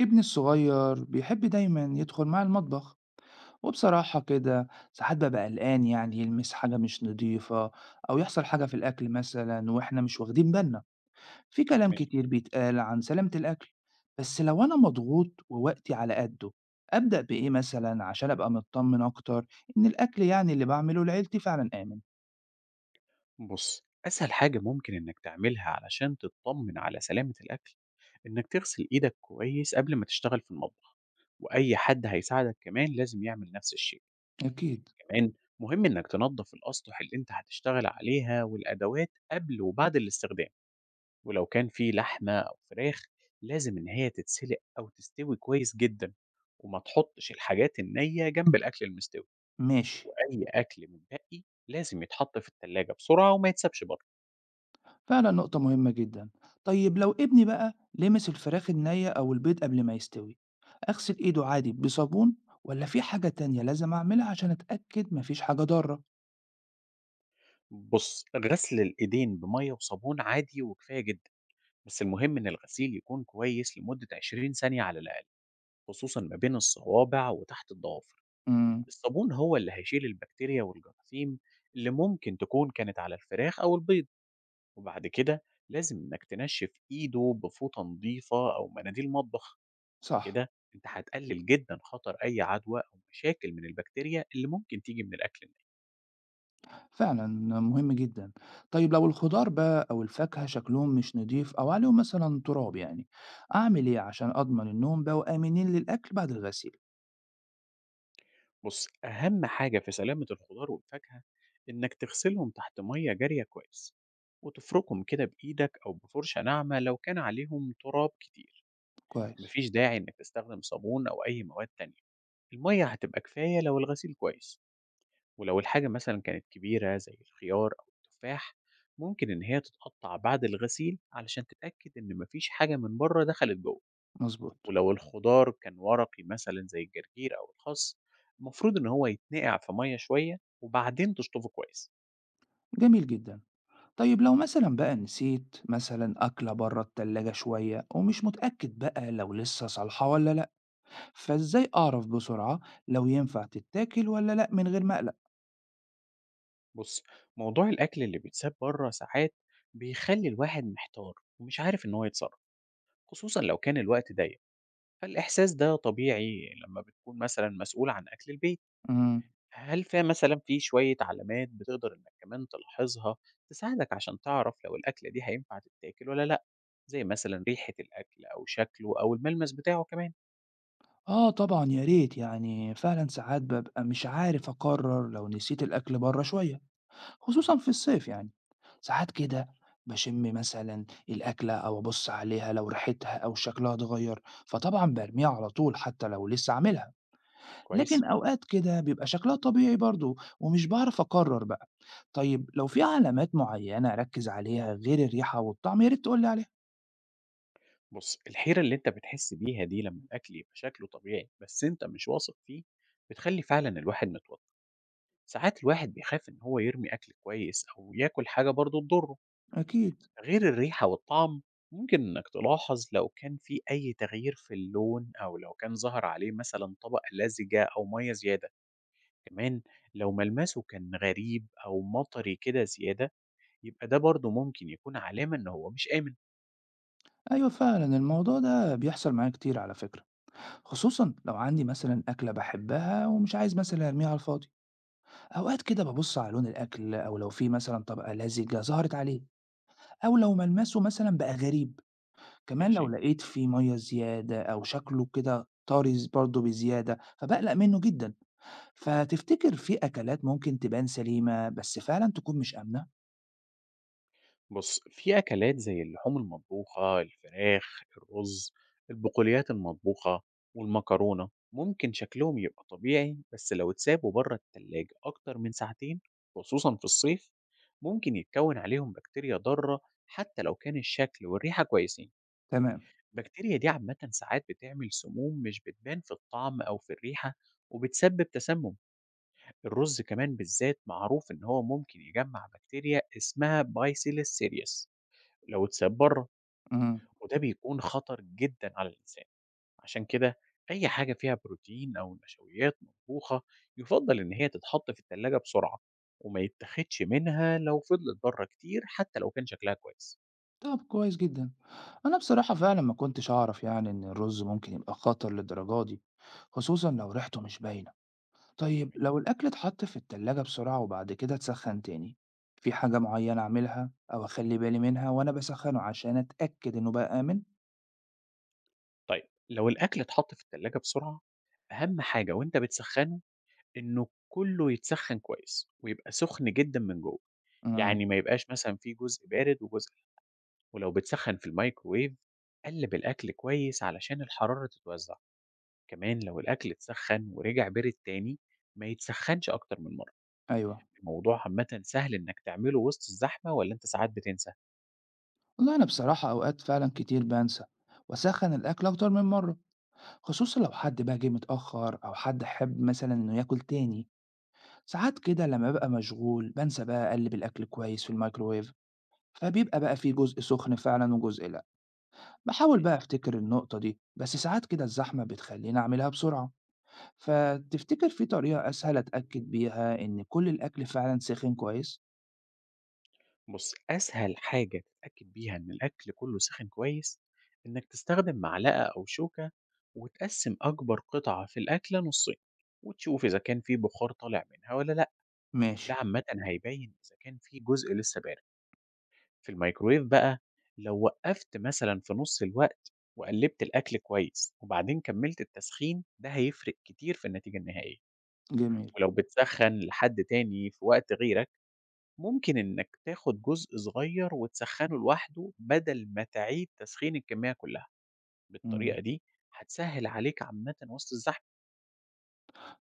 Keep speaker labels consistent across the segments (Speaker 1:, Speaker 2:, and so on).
Speaker 1: ابني الصغير بيحب دايما يدخل معي المطبخ، وبصراحة كده ساعات ببقى قلقان، يعني يلمس حاجة مش نضيفة أو يحصل حاجة في الأكل مثلا وإحنا مش واخدين بالنا. في كلام
Speaker 2: ماشي.
Speaker 1: كتير بيتقال عن سلامة الأكل، بس لو أنا مضغوط ووقتي على قده، أبدأ بإيه مثلا عشان أبقى مطمن أكتر إن الأكل يعني اللي بعمله لعيلتي فعلا آمن؟
Speaker 2: بص، أسهل حاجة ممكن إنك تعملها علشان تطمن على سلامة الأكل إنك تغسل إيدك كويس قبل ما تشتغل في المطبخ، وأي حد هيساعدك كمان لازم يعمل نفس الشيء.
Speaker 1: أكيد.
Speaker 2: كمان مهم إنك تنظف الأسطح اللي أنت هتشتغل عليها والأدوات قبل وبعد الاستخدام. ولو كان في لحمة أو فراخ، لازم إن هي تتسلق أو تستوي كويس جدا، وما تحطش الحاجات النية جنب الأكل المستوي.
Speaker 1: ماشي.
Speaker 2: وأي أكل متبقي لازم يتحط في التلاجة بسرعة وما يتسابش بره.
Speaker 1: فعلا نقطة مهمة جدا. طيب لو ابني بقى لمس الفراخ النية أو البيض قبل ما يستوي، أغسل إيده عادي بصابون، ولا في حاجة تانية لازم أعملها عشان أتأكد مفيش حاجة ضارة؟
Speaker 2: بُص، غسل الإيدين بمَيّة وصابون عادي وكفاية جدًا، بس المهم إن الغسيل يكون كويس لمدة 20 ثانية على الأقل، خصوصًا ما بين الصوابع وتحت الضوافر.
Speaker 1: امم
Speaker 2: الصابون هو اللي هيشيل البكتيريا والجراثيم اللي ممكن تكون كانت على الفراخ أو البيض، وبعد كده لازم إنك تنشف إيده بفوطة نضيفة أو مناديل مطبخ.
Speaker 1: صح.
Speaker 2: بكده أنت هتقلل جدًا خطر أي عدوى أو مشاكل من البكتيريا اللي ممكن تيجي من الأكل.
Speaker 1: فعلا مهم جدا. طيب لو الخضار بقى أو الفاكهة شكلهم مش نضيف أو عليهم مثلا تراب، يعني أعمل إيه عشان أضمن إنهم بقوا آمنين للأكل بعد الغسيل؟
Speaker 2: بُص، أهم حاجة في سلامة الخضار والفاكهة إنك تغسلهم تحت مَيّة جارية كويس، وتفركهم كده بإيدك أو بفرشة ناعمة لو كان عليهم تراب كتير.
Speaker 1: كويس.
Speaker 2: مفيش داعي إنك تستخدم صابون أو أي مواد تانية، المَيّة هتبقى كفاية لو الغسيل كويس. ولو الحاجة مثلًا كانت كبيرة زي الخيار أو التفاح، ممكن إن هي تتقطع بعد الغسيل علشان تتأكد إن مفيش حاجة من بره دخلت جوه.
Speaker 1: مظبوط.
Speaker 2: ولو الخضار كان ورقي مثلًا زي الجرجير أو الخس، المفروض إن هو يتنقع في مَيّة شوية وبعدين تشطفه كويس.
Speaker 1: جميل جدا. طيب لو مثلًا بقى نسيت مثلًا أكلة برّه التلاجة شوية ومش متأكد بقى لو لسه صالحة والّا لأ، فإزاي أعرف بسرعة لو ينفع تتاكل والّا لأ من غير ما أقلق؟
Speaker 2: بُص، موضوع الأكل اللي بيتساب برّه ساعات بيخلّي الواحد محتار ومش عارف إن هو يتصرّف، خصوصًا لو كان الوقت ضيّق، فالإحساس ده طبيعي لمّا بتكون مثلًا مسؤول عن أكل البيت.
Speaker 1: إمم.
Speaker 2: هل ف مثلًا في شوية علامات بتقدر إنك كمان تلاحظها تساعدك عشان تعرف لو الأكلة دي هينفع تتاكل والّا لأ؟ زي مثلًا ريحة الأكل أو شكله أو الملمس بتاعه كمان.
Speaker 1: آه طبعًا يا ريت، يعني فعلًا ساعات بابقى مش عارف أقرر لو نسيت الأكل برّه شوية، خصوصًا في الصيف يعني. ساعات كده باشم مثلًا الأكلة أو أبُص عليها لو ريحتها أو شكلها اتغير، فطبعًا بارميها على طول حتى لو لسه عاملها.
Speaker 2: كويس؟
Speaker 1: لكن أوقات كده بيبقى شكلها طبيعي برضه ومش باعرف أقرر بقى. طيب لو في علامات معينة أركز عليها غير الريحة والطعم، يا ريت تقولي عليها.
Speaker 2: بُص، الحيرة اللي أنت بتحس بيها دي لمّا الأكل يبقى شكله طبيعي بس أنت مش واثق فيه، بتخلّي فعلًا الواحد متوتر. ساعات الواحد بيخاف إن هو يرمي أكل كويس أو ياكل حاجة برضه تضره.
Speaker 1: أكيد.
Speaker 2: غير الريحة والطعم، ممكن إنك تلاحظ لو كان في أي تغيير في اللون أو لو كان ظهر عليه مثلًا طبقة لازجة أو مَيّة زيادة. كمان لو ملمسه كان غريب أو مطري كده زيادة، يبقى ده برضه ممكن يكون علامة إن هو مش آمن.
Speaker 1: أيوة فعلا الموضوع ده بيحصل معايا كتير على فكرة، خصوصا لو عندي مثلا أكلة بحبها ومش عايز مثلا أرميها على الفاضي. أوقات كده ببص على لون الأكل أو لو في مثلا طبقة لزجة ظهرت عليه، أو لو ملمسه مثلا بقى غريب. كمان لو
Speaker 2: ماشي؟
Speaker 1: لقيت فيه مية زيادة أو شكله كده طارز برضه بزيادة، فبقلق منه جدا. فتفتكر في أكلات ممكن تبان سليمة بس فعلًا تكون مش آمنة؟
Speaker 2: بص، في أكلات زي اللحوم المطبوخة، الفراخ، الرز، البقوليات المطبوخة والمكرونة، ممكن شكلهم يبقى طبيعي بس لو اتسابوا بره التلاجة أكتر من ساعتين، خصوصا في الصيف، ممكن يتكون عليهم بكتيريا ضارة حتى لو كان الشكل والريحة كويسين.
Speaker 1: تمام.
Speaker 2: البكتيريا دي عامة ساعات بتعمل سموم مش بتبان في الطعم أو في الريحة، وبتسبب تسمم. الرز كمان بالذات معروف إن هو ممكن يجمع بكتيريا اسمها بايسيلس سيريس لو اتساب برّه،
Speaker 1: اهم.
Speaker 2: وده بيكون خطر جدًا على الإنسان. عشان كده أي حاجة فيها بروتين أو نشويات مطبوخة يُفضّل إن هي تتحط في التلاجة بسرعة، وما يتاخدش منها لو فضلت برّه كتير حتى لو كان شكلها كويس.
Speaker 1: طب كويس جدًا. أنا بصراحة فعلًا ما كنتش أعرف يعني إن الرز ممكن يبقى خطر للدرجة دي، خصوصًا لو ريحته مش باينة. طيب
Speaker 2: ماشي.
Speaker 1: لو الأكل اتحط في التلاجة بسرعة وبعد كده اتسخن تاني، في حاجة معينة أعملها أو أخلي بالي منها وأنا بسخنه عشان أتأكد إنه بقى آمن؟
Speaker 2: طيب لو الأكل اتحط في التلاجة بسرعة، أهم حاجة وأنت بتسخّنه إنه كلّه يتسخّن كويس، ويبقى سخن جدًا من جوّه،
Speaker 1: امم،
Speaker 2: يعني ما يبقاش مثلًا في جزء بارد وجزء لا. ولو بتسخّن في الميكروويف، قلّب الأكل كويس علشان الحرارة تتوزع. كمان لو الأكل اتسخّن ورجع بارد تاني، ما يتسخّنش أكتر من مرة.
Speaker 1: أيوه.
Speaker 2: الموضوع عامةً سهل إنك تعمله وسط الزحمة والّا أنت ساعات بتنسى؟
Speaker 1: والله أنا بصراحة أوقات فعلًا كتير بانسى وأسخن الأكل أكتر من مرة، خصوصًا لو حد بقى جه متأخّر أو حد حابب مثلًا إنه ياكل تاني، ساعات كده لمّا بابقى مشغول بانسى بقى أقلِّب الأكل كويس في الميكروويف، فبيبقى بقى في جزء سُخن فعلًا وجزء لأ. باحاول بقى
Speaker 2: ماشي.
Speaker 1: أفتكر النقطة دي، بس ساعات كده الزحمة بتخلّيني أعملها بسرعة، فتفتكر في طريقة أسهل أتأكد بيها إن كل الأكل فعلًا سِخِن كويس؟
Speaker 2: بُص، أسهل حاجة تتأكد بيها إن الأكل كله ساخن كويس، إنك تستخدم معلقة أو شوكة وتقسّم أكبر قطعة في الأكلة نُصّين، وتشوف إذا كان في بخار طالع منها والّا لأ.
Speaker 1: ماشي.
Speaker 2: ده عامةً هيبين إذا كان في جزء لسه بارد. في الميكرويف بقى، لو وقفت مثلا في نص الوقت وقلبت الأكل كويس وبعدين كملت التسخين، ده هيفرق كتير في النتيجة النهائية.
Speaker 1: جميل.
Speaker 2: ولو بتسخن لحد تاني في وقت غيرك، ممكن إنك تاخد جزء صغير وتسخنه لوحده بدل ما تعيد تسخين الكمية كلها.
Speaker 1: إمم.
Speaker 2: بالطريقة دي هتسهل عليك عامة وسط الزحمة.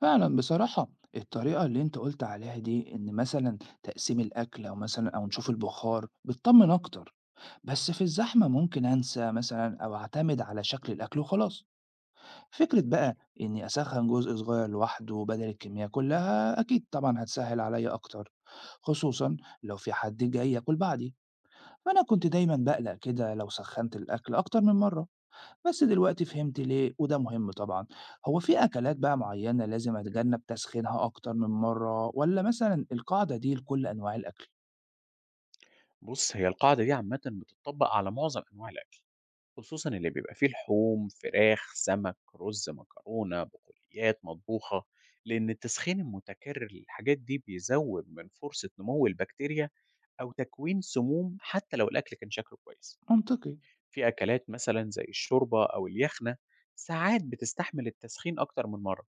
Speaker 1: فعلًا بصراحة الطريقة اللي أنت قُلت عليها دي إن مثلًا تقسيم الأكل أو مثلًا أو نشوف البُخار، بتطمّن أكتر. بس في الزحمة ممكن أنسى مثلا أو أعتمد على شكل الأكل وخلاص. فكرة
Speaker 2: ماشي.
Speaker 1: بقى إني أسخن جزء صغير لوحده بدل الكمية كلها أكيد طبعا هتسهل عليا أكتر، خصوصا لو في حد جاي ياكل بعدي. فأنا كنت دايما بقلق كده لو سخنت الأكل أكتر من مرة، بس دلوقتي فهمت ليه وده مهم طبعا. هو في أكلات بقى معينة لازم أتجنب تسخينها أكتر من مرة ولا مثلا القاعدة دي لكل أنواع الأكل؟
Speaker 2: بص، هي القاعدة دي عامة بتطبق على معظم أنواع الأكل، خصوصًا اللي بيبقى فيه لحوم، فراخ، سمك، رز، مكرونة، بقوليات مطبوخة، لأن التسخين المتكرر للحاجات دي بيزوّد من فرصة نمو البكتيريا أو تكوين سموم حتى لو الأكل كان شكله كويس.
Speaker 1: منطقي.
Speaker 2: في أكلات مثلًا زي الشوربة أو اليخنة ساعات بتستحمل التسخين أكتر من مرة،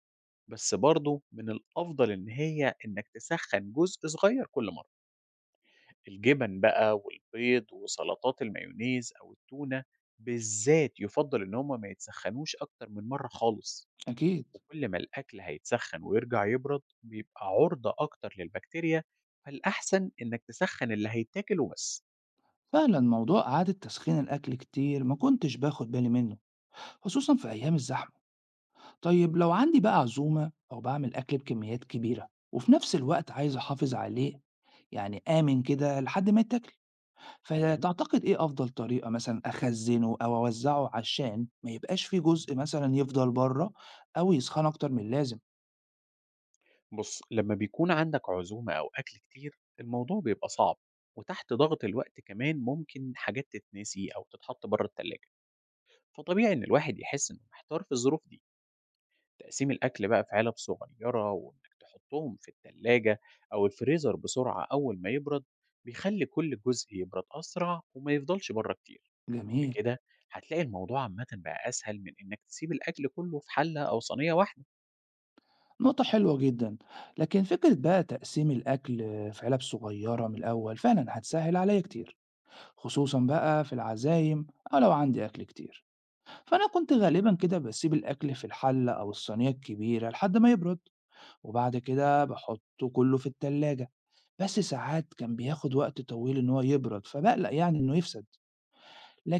Speaker 2: بس برضه من الأفضل إن هي إنك تسخّن جزء صغير كل مرة. الجبن بقى والبيض وسلطات المايونيز أو التونة بالذات يُفضّل إن هم ما يتسخّنوش أكتر من مرّة خالص،
Speaker 1: أكيد.
Speaker 2: وكل ما الأكل هيتسخّن ويرجع يبرد بيبقى عُرضة أكتر للبكتيريا، فالأحسن إنّك تسخّن اللي هيتاكل وبس.
Speaker 1: فعلا موضوع إعادة تسخين الأكل كتير ما كنتش باخد بالي منه، خصوصا في أيام الزحمة. طيب لو عندي بقى عزومة أو بعمل أكل بكميات كبيرة وفي نفس الوقت عايز أحافظ عليه، يعني آمن كده لحد ما يتاكل،
Speaker 2: تمام؟
Speaker 1: فتعتقد إيه أفضل طريقة مثلا أخزنه أو أوزعه عشان ما يبقاش في جزء مثلا يفضل بره أو يسخن أكتر من اللازم؟
Speaker 2: بُص، لمّا بيكون عندك عزومة أو أكل كتير الموضوع بيبقى صعب، وتحت ضغط الوقت كمان ممكن حاجات تتنسي أو تتحط برّه التلاجة، فطبيعي إن الواحد يحس إنه محتار في الظروف دي. تقسيم الأكل بقى في علب صغيرة وإنك تحطهم في التلاجة أو الفريزر بسرعة أول ما يبرد، بيخلي كل جزء يبرد أسرع وما يفضلش بره كتير.
Speaker 1: جميل.
Speaker 2: بكده هتلاقي الموضوع عامة بقى أسهل من إنك تسيب الأكل كله في حلة أو صينية واحدة.
Speaker 1: نقطة حلوة جدا. لكن فكرة بقى تقسيم الأكل في علب صغيرة من الأول فعلا هتسهل عليا كتير، خصوصا بقى في العزايم أو لو عندي أكل كتير. فأنا كنت
Speaker 2: ماشي.
Speaker 1: غالبا كده بسيب الأكل في الحلة أو الصينية الكبيرة لحد ما يبرد، وبعد كده بحطه كله في التلاجة، بس ساعات كان بياخد وقت طويل إن هو يبرد فبقلق يعني إنه يفسد.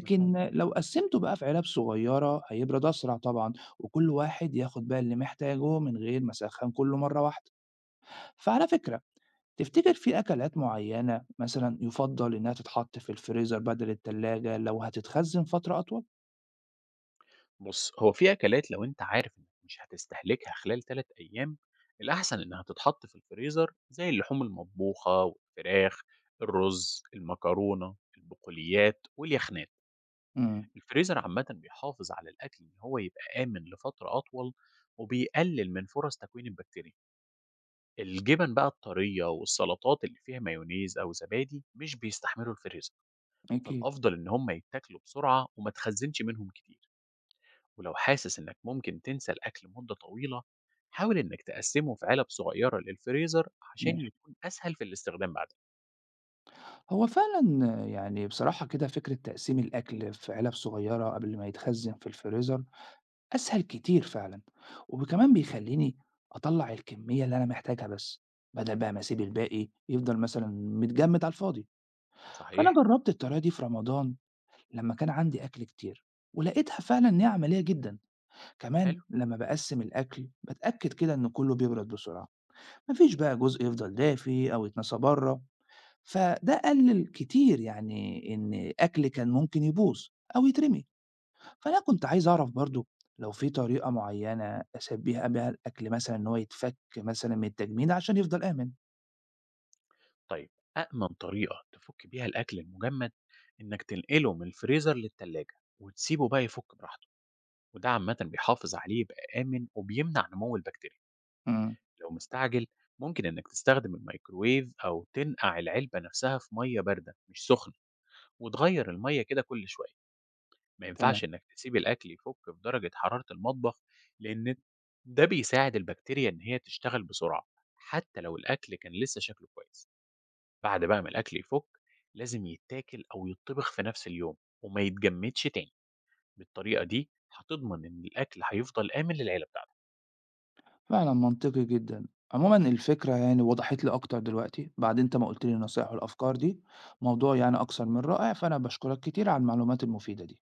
Speaker 2: مفهوم.
Speaker 1: لو قسمته بقى في علب صغيرة هيبرد أسرع طبعا، وكل واحد ياخد بقى اللي محتاجه من غير ما أسخن كله مرة واحدة. فعلى فكرة، تفتكر في أكلات معينة مثلًا يُفضّل إنها تتحط في الفريزر بدل التلاجة لو هتتخزّن فترة أطول؟
Speaker 2: بص، هو في أكلات لو أنت عارف إنك مش هتستهلكها خلال 3 أيام، الأحسن إنها تتحط في الفريزر، زي اللحوم المطبوخة والفراخ، الرز، المكرونة، البقوليات واليخنات.
Speaker 1: إمم.
Speaker 2: الفريزر عامةً بيحافظ على الأكل إن هو يبقى آمن لفترة أطول، وبيقلل من فرص تكوين البكتيريا. الجبن بقى الطرية والسلطات اللي فيها مايونيز أو زبادي مش بيستحملوا الفريزر،
Speaker 1: أكيد.
Speaker 2: فالأفضل إن هم يتاكلوا بسرعة وما تخزنش منهم كتير. ولو حاسس إنك ممكن تنسى الأكل مدة طويلة، حاول إنك تقسمه في علب صغيرة للفريزر عشان
Speaker 1: ماشي.
Speaker 2: يكون أسهل في الاستخدام بعدين.
Speaker 1: هو فعلًا آه، يعني بصراحة كده فكرة تقسيم الأكل في علب صغيرة قبل ما يتخزّن في الفريزر أسهل كتير فعلًا، وكمان بيخلّيني أطلّع الكمية اللي أنا محتاجها بس، بدل بقى ما أسيب الباقي يفضل مثلًا متجمِّد على الفاضي. فأنا
Speaker 2: صحيح؟
Speaker 1: جرّبت الطريقة دي في رمضان لمّا كان عندي أكل كتير، ولقيتها فعلًا إن هي عملية جدًا. كمان
Speaker 2: حلو.
Speaker 1: لما بقسم الأكل بتأكد كده إن كله بيبرد بسرعة، مفيش بقى جزء يفضل دافي أو يتنسى بره، فده قلل كتير يعني إن أكل كان ممكن يبوظ أو يترمي. فأنا كنت عايز أعرف برضو لو في طريقة معينة أسبيها بيها الأكل مثلا إن هو يتفك مثلا من التجميد عشان يفضل آمن.
Speaker 2: طيب، أأمن طريقة تفك بيها الأكل المجمد إنك تنقله من الفريزر للتلاجة وتسيبه بقى يفك براحته، وده عامة بيحافظ عليه بقى آمن وبيمنع نمو البكتيريا.
Speaker 1: امم
Speaker 2: لو مستعجل، ممكن إنك تستخدم الميكروويف أو تنقع العلبة نفسها في مية باردة مش سخنة، وتغير المية كده كل شوية. ما ينفعش
Speaker 1: تمام.
Speaker 2: إنك تسيب الأكل يفك في درجة حرارة المطبخ، لأن ده بيساعد البكتيريا إن هي تشتغل بسرعة حتى لو الأكل كان لسه شكله كويس. بعد بقى ما الأكل يفك، لازم يتاكل أو يتطبخ في نفس اليوم وما يتجمدش تاني. بالطريقة دي هتضمن إن الأكل هيفضل آمن للعيلة بتاعتك.
Speaker 1: فعلا منطقي جدا. عموما الفكرة يعني وضحت لي أكتر دلوقتي بعد أنت ما قلت لي النصائح والأفكار دي. موضوع يعني أكثر من رائع، فأنا بشكرك كتير على المعلومات المفيدة دي.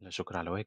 Speaker 2: لا شكر على واجب.